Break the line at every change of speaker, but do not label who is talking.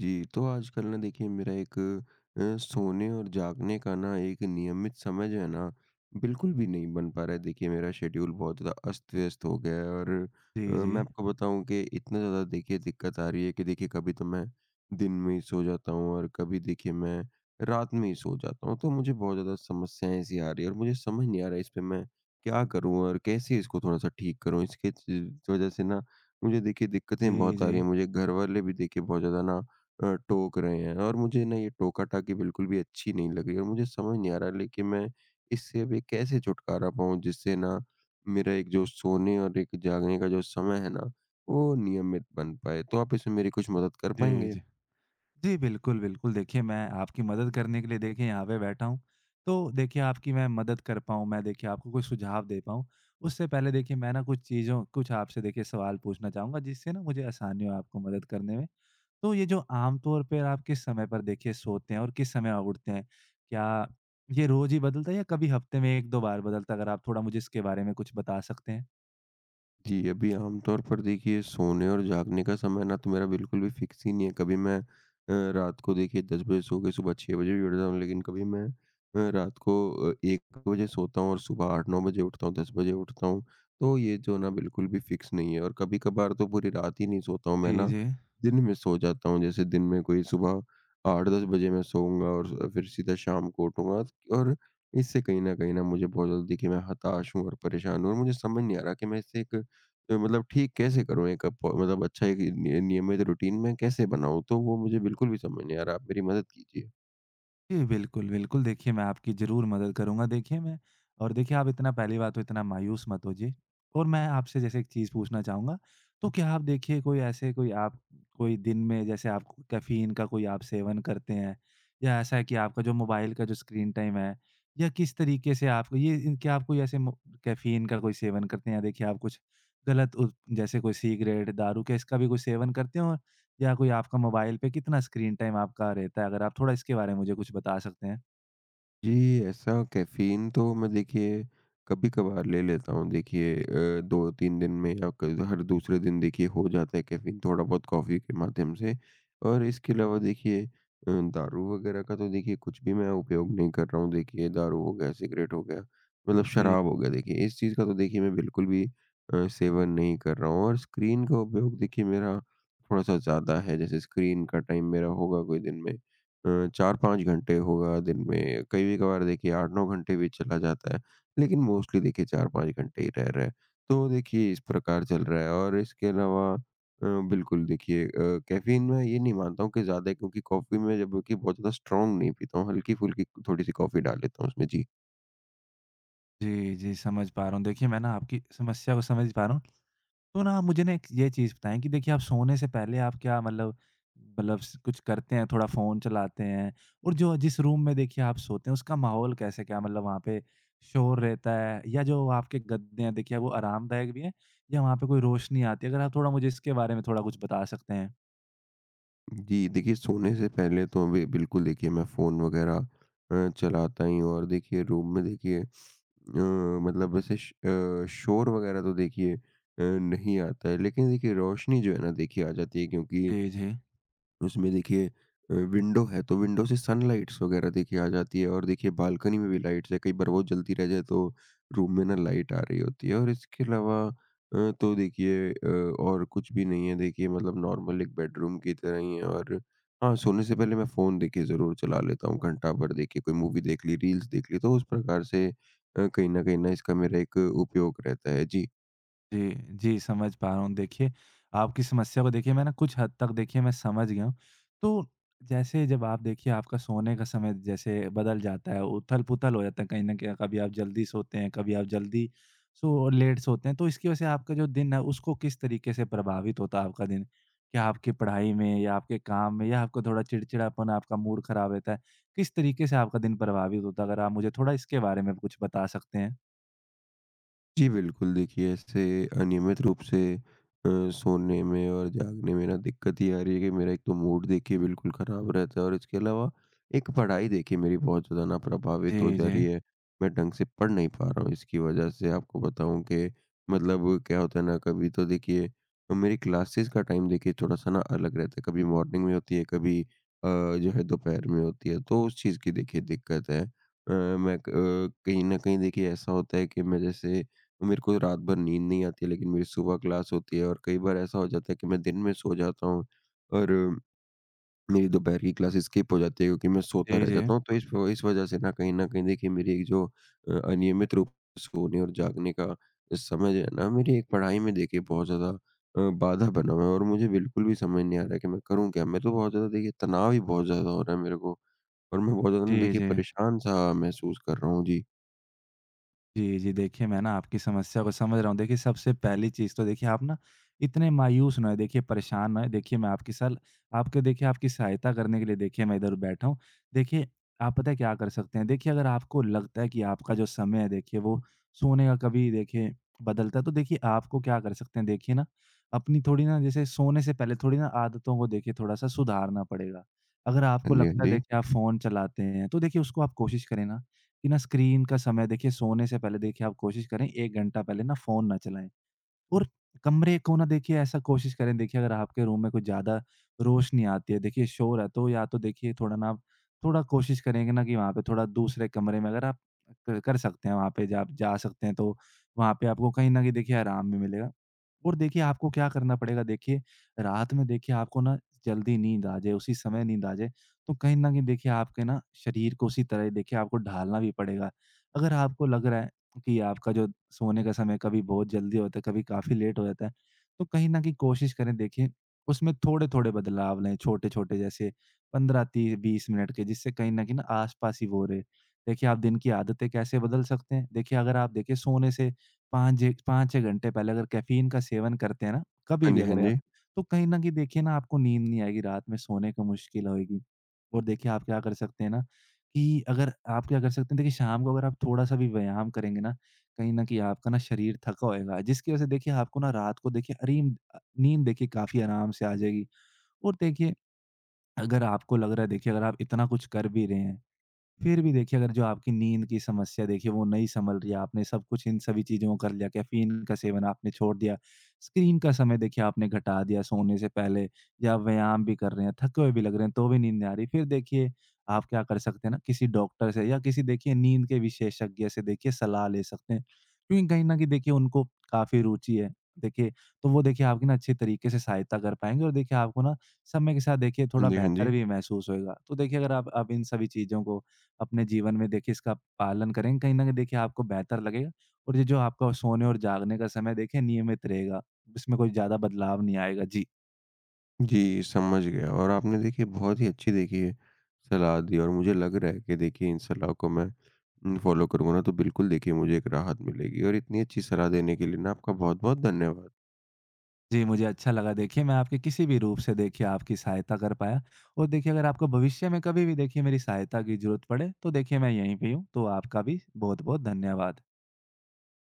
जी, तो आजकल ना देखिए मेरा एक सोने और जागने का ना एक नियमित समय जो है ना, बिल्कुल भी नहीं बन पा रहा है। देखिए मेरा शेड्यूल बहुत ज़्यादा अस्त-व्यस्त हो गया है और
जी,
मैं
जी।
आपको बताऊँ कि इतना ज़्यादा देखिए दिक्कत आ रही है कि देखिए कभी तो मैं दिन में ही सो जाता हूँ और कभी देखिए मैं रात में ही सो जाता हूँ। तो मुझे बहुत ज़्यादा समस्याएँ सी आ रही है और मुझे समझ नहीं आ रहा है इस पे मैं क्या करूँ और कैसे इसको थोड़ा-सा ठीक करूँ? इसके च वज़ह से ना मुझे देखिए दिक्कतें
जी,
बहुत आ
जी।
रही हैं। मुझे घरवाले भी देखिए बहुत ज़्यादा ना टोक रहे हैं और मुझे ना ये टोका-टाकी बिल्कुल भी अच्छी नहीं लग रही और मुझे समझ नहीं आ रहा ले कि मैं इससे अभी कैसे छुटकारा पाऊँ जिससे ना मेरा एक जो सोने और एक जागने का जो समय है ना, वो नियमित बन पाए। तो आप इसमें मेरी कुछ मदद कर
जी,
पाएँगे?
जी। जी, बिल्कुल, बिल्कुल। देखिए, मैं आपकी मदद करने के लिए देखिए यहाँ पे बैठा हूँ। तो देखिए आपकी मैं मदद कर पाऊँ, मैं देखिए आपको कोई सुझाव दे पाऊँ, उससे पहले देखिए मैं ना कुछ आपसे देखिए सवाल पूछना चाहूँगा जिससे ना मुझे आसानी हो आपको मदद करने में। तो ये जो आम तौर पे आप किस समय पर देखिए सोते हैं और किस समय आप उठते हैं? क्या ये रोज़ ही बदलता है या कभी हफ्ते में 1-2 बार बदलता है? अगर आप थोड़ा मुझे इसके बारे में कुछ बता सकते हैं।
जी, अभी आमतौर पर देखिए सोने और जागने का समय ना तो मेरा बिल्कुल भी फिक्स ही नहीं है। कभी मैं रात को देखिए 10 बजे सो के सुबह 6 बजे भी उठ जाऊँ, लेकिन कभी मैं रात को 1 बजे सोता हूँ और सुबह 8-9 बजे उठता हूँ, 10 बजे उठता हूँ। तो ये जो ना बिल्कुल भी फिक्स नहीं है और कभी-कभार तो पूरी रात ही नहीं सोता हूँ मैं
जी,
ना,
जी।
दिन में सो जाता हूँ। जैसे दिन में कोई सुबह 8-10 बजे मैं सोऊँगा और फिर सीधा शाम को उठूँगा और इससे कहीं न कहीं ना मुझे बहुत ज़्यादा देखिए मैं हताश हूँ और परेशान हूँ और मुझे समझ नहीं आ रहा कि मैं इससे एक मतलब ठीक कैसे करूँ एक अप मतलब अच्छा एक नि नियमित रूटीन मैं कैसे बनाऊँ? तो वो मुझे बिल्कुल भी समझ नहीं आ रहा, आप मेरी मदद कीजिए।
जी, बिल्कुल, बिल्कुल। देखिए, मैं आपकी ज़रूर मदद करूँगा। देखिए, मैं और देखिए, आप इतना पहली बात तो इतना मायूस मत होइए। और मैं आपसे जैसे एक चीज़ पूछना चाहूँगा, तो क्या आप देखिए कोई ऐसे कोई आप कोई दिन में जैसे आप कैफ़ीन का कोई आप सेवन करते हैं? या ऐसा है कि आपका जो मोबाइल का जो स्क्रीन टाइम है, या किस तरीके से आपको ये इन क्या आप कोई ऐसे मो कैफ़ीन का कोई सेवन करते हैं, या देखिए आप कुछ गलत उत जैसे कोई सिगरेट, दारू, क्या इसका भी कोई सेवन करते हो? या कोई आपका मोबाइल पे कितना स्क्रीन टाइम आपका रहता है? अगर आप थोड़ा इसके बारे में मुझे कुछ बता सकते हैं?
जी, ऐसा कैफ़ीन तो मैं देखिए कभी-कभार ले लेता हूँ। देखिए 2-3 दिन में या क हर दूसरे दिन देखिए हो जाता है कैफ़ीन थोड़ा बहुत कॉफ़ी के माध्यम से। और इसके अलावा देखिए दारू वग़ैरह का तो देखिए कुछ भी मैं उपयोग नहीं कर रहा हूँ। देखिए दारू हो गया, सिगरेट हो गया, मतलब
जी,
शराब हो गया देखिए, इस चीज़ का तो देखिए मैं बिल्कुल भी सेवन नहीं कर रहा हूँ। और स्क्रीन का उपयोग देखिए मेरा थोड़ा-सा ज़्यादा है, जैसे स्क्रीन का टाइम मेरा होगा कोई दिन में 4-5 घंटे होगा दिन में, कभी-कभार देखिए 8-9 घंटे भी चला जाता है, लेकिन मोस्टली देखिए 4-5 घंटे ही रह रहा है। तो देखिए इस प्रकार चल रहा है और इसके अलावा बिल्कुल देखिए कैफ़ीन मैं ये नहीं मानता हूँ कि ज़्यादा है क्योंकि कॉफ़ी में जबकि बहुत ज़्यादा स्ट्रॉन्ग नहीं पीता हूँ, हल्की-फुल्की थोड़ी-सी कॉफ़ी डाल लेता हूँ उसमें। जी।
जी, जी, समझ पा रहा हूँ। देखिए, मैं ना आपकी समस्या को समझ पा रहा हूँ। तो ना आप मुझे ना एक ये चीज़ बताएँ कि देखिए आप सोने से पहले आप क्या मतलब स कुछ करते हैं, थोड़ा फ़ोन चलाते हैं? और जो जिस रूम में देखिए आप सोते हैं, उसका माहौल कैसे, क्या मतलब वहाँ पे शोर रहता है, या जो आपके गद्दे हैं देखिए वो आरामदायक भी हैं, या वहाँ पे कोई रोशनी आती है? अगर आप थोड़ा मुझे इसके बारे में थोड़ा कुछ बता सकते हैं।
जी, देखिए सोने से पहले तो बि बिल्कुल देखिए मैं फ़ोन वगैरह चलाता ही हूँ और देखिए रूम में देखिए मतलब वैसे श शोर वगैरह तो देखिए नहीं आता है, लेकिन देखिए रोशनी जो है ना देखिए आ जाती है क्योंकि
जी, जी।
उसमें देखिए विंडो है। तो विंडो से सनलाइट्स वगैरह देखिए आ जाती है और देखिए बालकनी में भी लाइट्स है। कई बार वो जलती रह जाए तो रूम में ना लाइट आ रही होती है और इसके अलावा तो देखिए और कुछ भी नहीं है देखिए मतलब नॉर्मल एक बेडरूम की तरह ही है। और हाँ सोने से पहले मैं फ़ोन देखिए ज़रूर चला लेता हूँ घंटा भर देखिए कोई मूवी देख ली रील्स देख ली तो उस प्रकार से कहीं ना इसका मेरा एक उपयोग रहता है जी।
जी, जी, समझ पा रहा हूँ। देखिए, आपकी समस्या को देखिए मैं ना कुछ हद तक देखिए मैं समझ गया हूँ। तो जैसे जब आप देखिए आपका सोने का समय जैसे बदल जाता है, उथल-पुथल हो जाता है कहीं न कहीं, कभी आप जल्दी सोते हैं, कभी आप जल्दी सो लेट सोते हैं, तो इसकी वजह से आपका जो दिन है उसको किस तरीके से प्रभावित होता है आपका दिन? क्या आपकी पढ़ाई में, या आपके काम में, या आपको थोड़ा चिड़चिड़ापन, आपका मूड खराब रहता है? किस तरीके से आपका दिन प्रभावित होता है? अगर आप मुझे थोड़ा इसके बारे में कुछ बता सकते हैं।
जी, बिल्कुल। देखिए, ऐसे अनियमित रूप से सोने में और जागने में ना दिक्कत ये आ रही है कि मेरा एक तो मूड देखिए बिल्कुल ख़राब रहता है और इसके अलावा एक पढ़ाई देखिए मेरी बहुत ज़्यादा ना प्रभावित हो
जी,
जा
जी।
रही है। मैं ढंग से पढ़ नहीं पा रहा हूँ, इसकी वज़ह से आपको बताऊँ कि मतलब क्या होता है ना, कभी तो देखिए मेरी क्लासेस का टाइम देखिए थोड़ा-सा ना अलग रहता है। कभी मॉर्निंग में होती है, कभी जो है दोपहर में होती है, तो उस चीज़ की देखिए दिक्कत है। मैं क कहीं न कहीं देखिए ऐसा होता है कि मैं जैसे तो मेरे को रात भर नींद नहीं आती है, लेकिन मेरी सुबह क्लास होती है और कई बार ऐसा हो जाता है कि मैं दिन में सो जाता हूँ और मेरी दोपहर की क्लास स्किप हो जाती है क्योंकि मैं सोता
जी,
रह
जी।
जाता हूँ। तो इस वज़ह से ना कहीं न कहीं देखिए मेरी एक जो अनियमित रूप से सोने और जागने का समय जो है ना मेरी एक पढ़ाई में देखिए बहुत ज़्यादा बाधा बना हुआ है और मुझे बिल्कुल भी समझ नहीं आ रहा है कि मैं करूँ क्या? मैं तो बहुत ज़्यादा देखिए तनाव ही बहुत ज़्यादा हो रहा है मेरे को और मैं बहुत ज़्यादा ना
जी,
देखिए
जी।
परेशान-सा महसूस कर रहा हूँ। जी।
जी, जी। देखिए, मैं ना आपकी समस्या को समझ रहा हूँ। देखिए, सबसे पहली चीज़ तो देखिए आप ना इतने मायूस ना होएँ, देखिए परेशान ना होएँ। देखिए, मैं आपकी सल आपके देखिए आपकी सहायता करने के लिए देखिए मैं इधर बैठा हूँ। देखिए, आप पता है क्या कर सकते हैं? देखिए, अगर आपको लगता है कि आपका जो समय है देखिए वो सोने का कभी देखिए बदलता है, तो देखिए आपको क्या कर सकते हैं? देखिए ना, अपनी थोड़ी ना जैसे सोने से पहले थोड़ी ना आदतों को देखिए थोड़ा-सा सुधारना पड़ेगा। अगर आपको
हाँ जी, हाँ
लगता है
जी।
देखिए आप फ़ोन चलाते हैं, तो देखिए उसको आप कोशिश करें ना कि ना स्क्रीन का समय देखिए सोने से पहले देखिए आप कोशिश करें 1 घंटा पहले ना फ़ोन ना चलाएँ। और कमरे को ना देखिए ऐसा कोशिश करें देखिए, अगर आपके रूम में कुछ ज़्यादा रोशनी आती है देखिए शोर है, तो या तो देखिए थोड़ा ना आप थोड़ा कोशिश करेंगे ना कि वहाँ पे थोड़ा दूसरे कमरे में, अगर आप कर सकते हैं वहाँ पे जा आप जा सकते हैं, तो वहाँ पे आपको कहीं ना कहीं देखिए आराम भी मिलेगा। और देखिए आपको क्या करना पड़ेगा देखिए, रात में देखिए आपको ना जल्दी नींद आ जाए, उसी समय नींद आ जाए, तो कहीं ना कहीं देखिए आपके ना शरीर को उसी तरह देखिए आपको ढालना भी पड़ेगा। अगर आपको लग रहा है कि आपका जो सोने का समय कभी बहुत जल्दी होता है, कभी काफ़ी लेट हो जाता है। तो कहीं न कहीं कोशिश करें देखिए उसमें थोड़े-थोड़े बदलाव लाएँ, छोटे-छोटे जैसे 15-20 मिनट के, जिससे कहीं न कहीं ना आस-पास ही वो रहे। देखिए आप दिन की आदतें कैसे बदल सकते हैं? देखिए, अगर आप देखिए सोने से 5 जे 5-6 घंटे पहले अगर कैफ़ीन का सेवन करते हैं ना, कभी
हाँ
भी
जी, हाँ
अगर आप,
जी।
तो कहीं न कहीं देखिए ना आपको नींद नहीं आएगी, रात में सोने को मुश्किल होएगी। और देखिए आप क्या कर सकते हैं ना कि अगर आप क्या कर सकते हैं देखिए, शाम को अगर आप थोड़ा-सा भी व्यायाम करेंगे ना, कहीं न कहीं आपका ना शरीर थका होएगा, जिसकी वज़ह से देखिए आपको ना रात को देखिए नींद देखिए काफ़ी आराम से आ जाएगी। और देखिए अगर आपको लग रहा है देखिए, अगर आप इतना कुछ कर भी रहे हैं, फिर भी देखिए अगर जो आपकी नींद की समस्या देखिए वो नहीं संभल रही है, आपने सब कुछ इन सभी चीज़ों को कर लिया, कैफ़ीन का सेवन आपने छोड़ दिया, स्क्रीन का समय देखिए आपने घटा दिया सोने से पहले, या आप व्यायाम भी कर रहे हैं, थके हुए भी लग रहे हैं, तो भी नींद नहीं आ रही, फिर देखिए आप क्या कर सकते हैं ना, किसी डॉक्टर से या किसी देखिए नींद के विशेषज्ञ से देखिए सलाह ले सकते हैं। क्योंकि कहीं न कहीं देखिए उनको काफ़ी रुचि है, देखिए, तो वो देखिए आपकी ना अच्छे तरीके से सहायता कर पाएँगे और देखिए आपको ना समय के साथ देखिए
हाँ
थोड़ा
जी, हाँ
बेहतर
जी।
भी महसूस होएगा। तो देखिए अगर आप अब इन सभी चीज़ों को अपने जीवन में देखिए इसका आप पालन करेंगे, कहीं न कहीं देखिए आपको बेहतर लगेगा और ये जो आपका सोने और जागने का समय देखिए नियमित रहेगा। इसमें कोई ज़्यादा बदलाव नहीं आएगा। जी।
जी, समझ गया और आपने देखिए बहुत ही अच्छी देखिए सलाह दी और मुझे लग रहा है कि देखिए इन सलाह को मैं फ़ॉलो करूँगा ना तो बिल्कुल देखिए मुझे एक राहत मिलेगी और इतनी अच्छी सलाह देने के लिए ना आपका बहुत-बहुत धन्यवाद।
जी, मुझे अच्छा लगा देखिए मैं आपके किसी भी रूप से देखिए आपकी सहायता कर पाया, और देखिए अगर आपको भविष्य में कभी भी देखिए मेरी सहायता की ज़रूरत पड़े, तो देखिए मैं यहीं पे ही हूँ। तो आपका भी बहुत-बहुत धन्यवाद।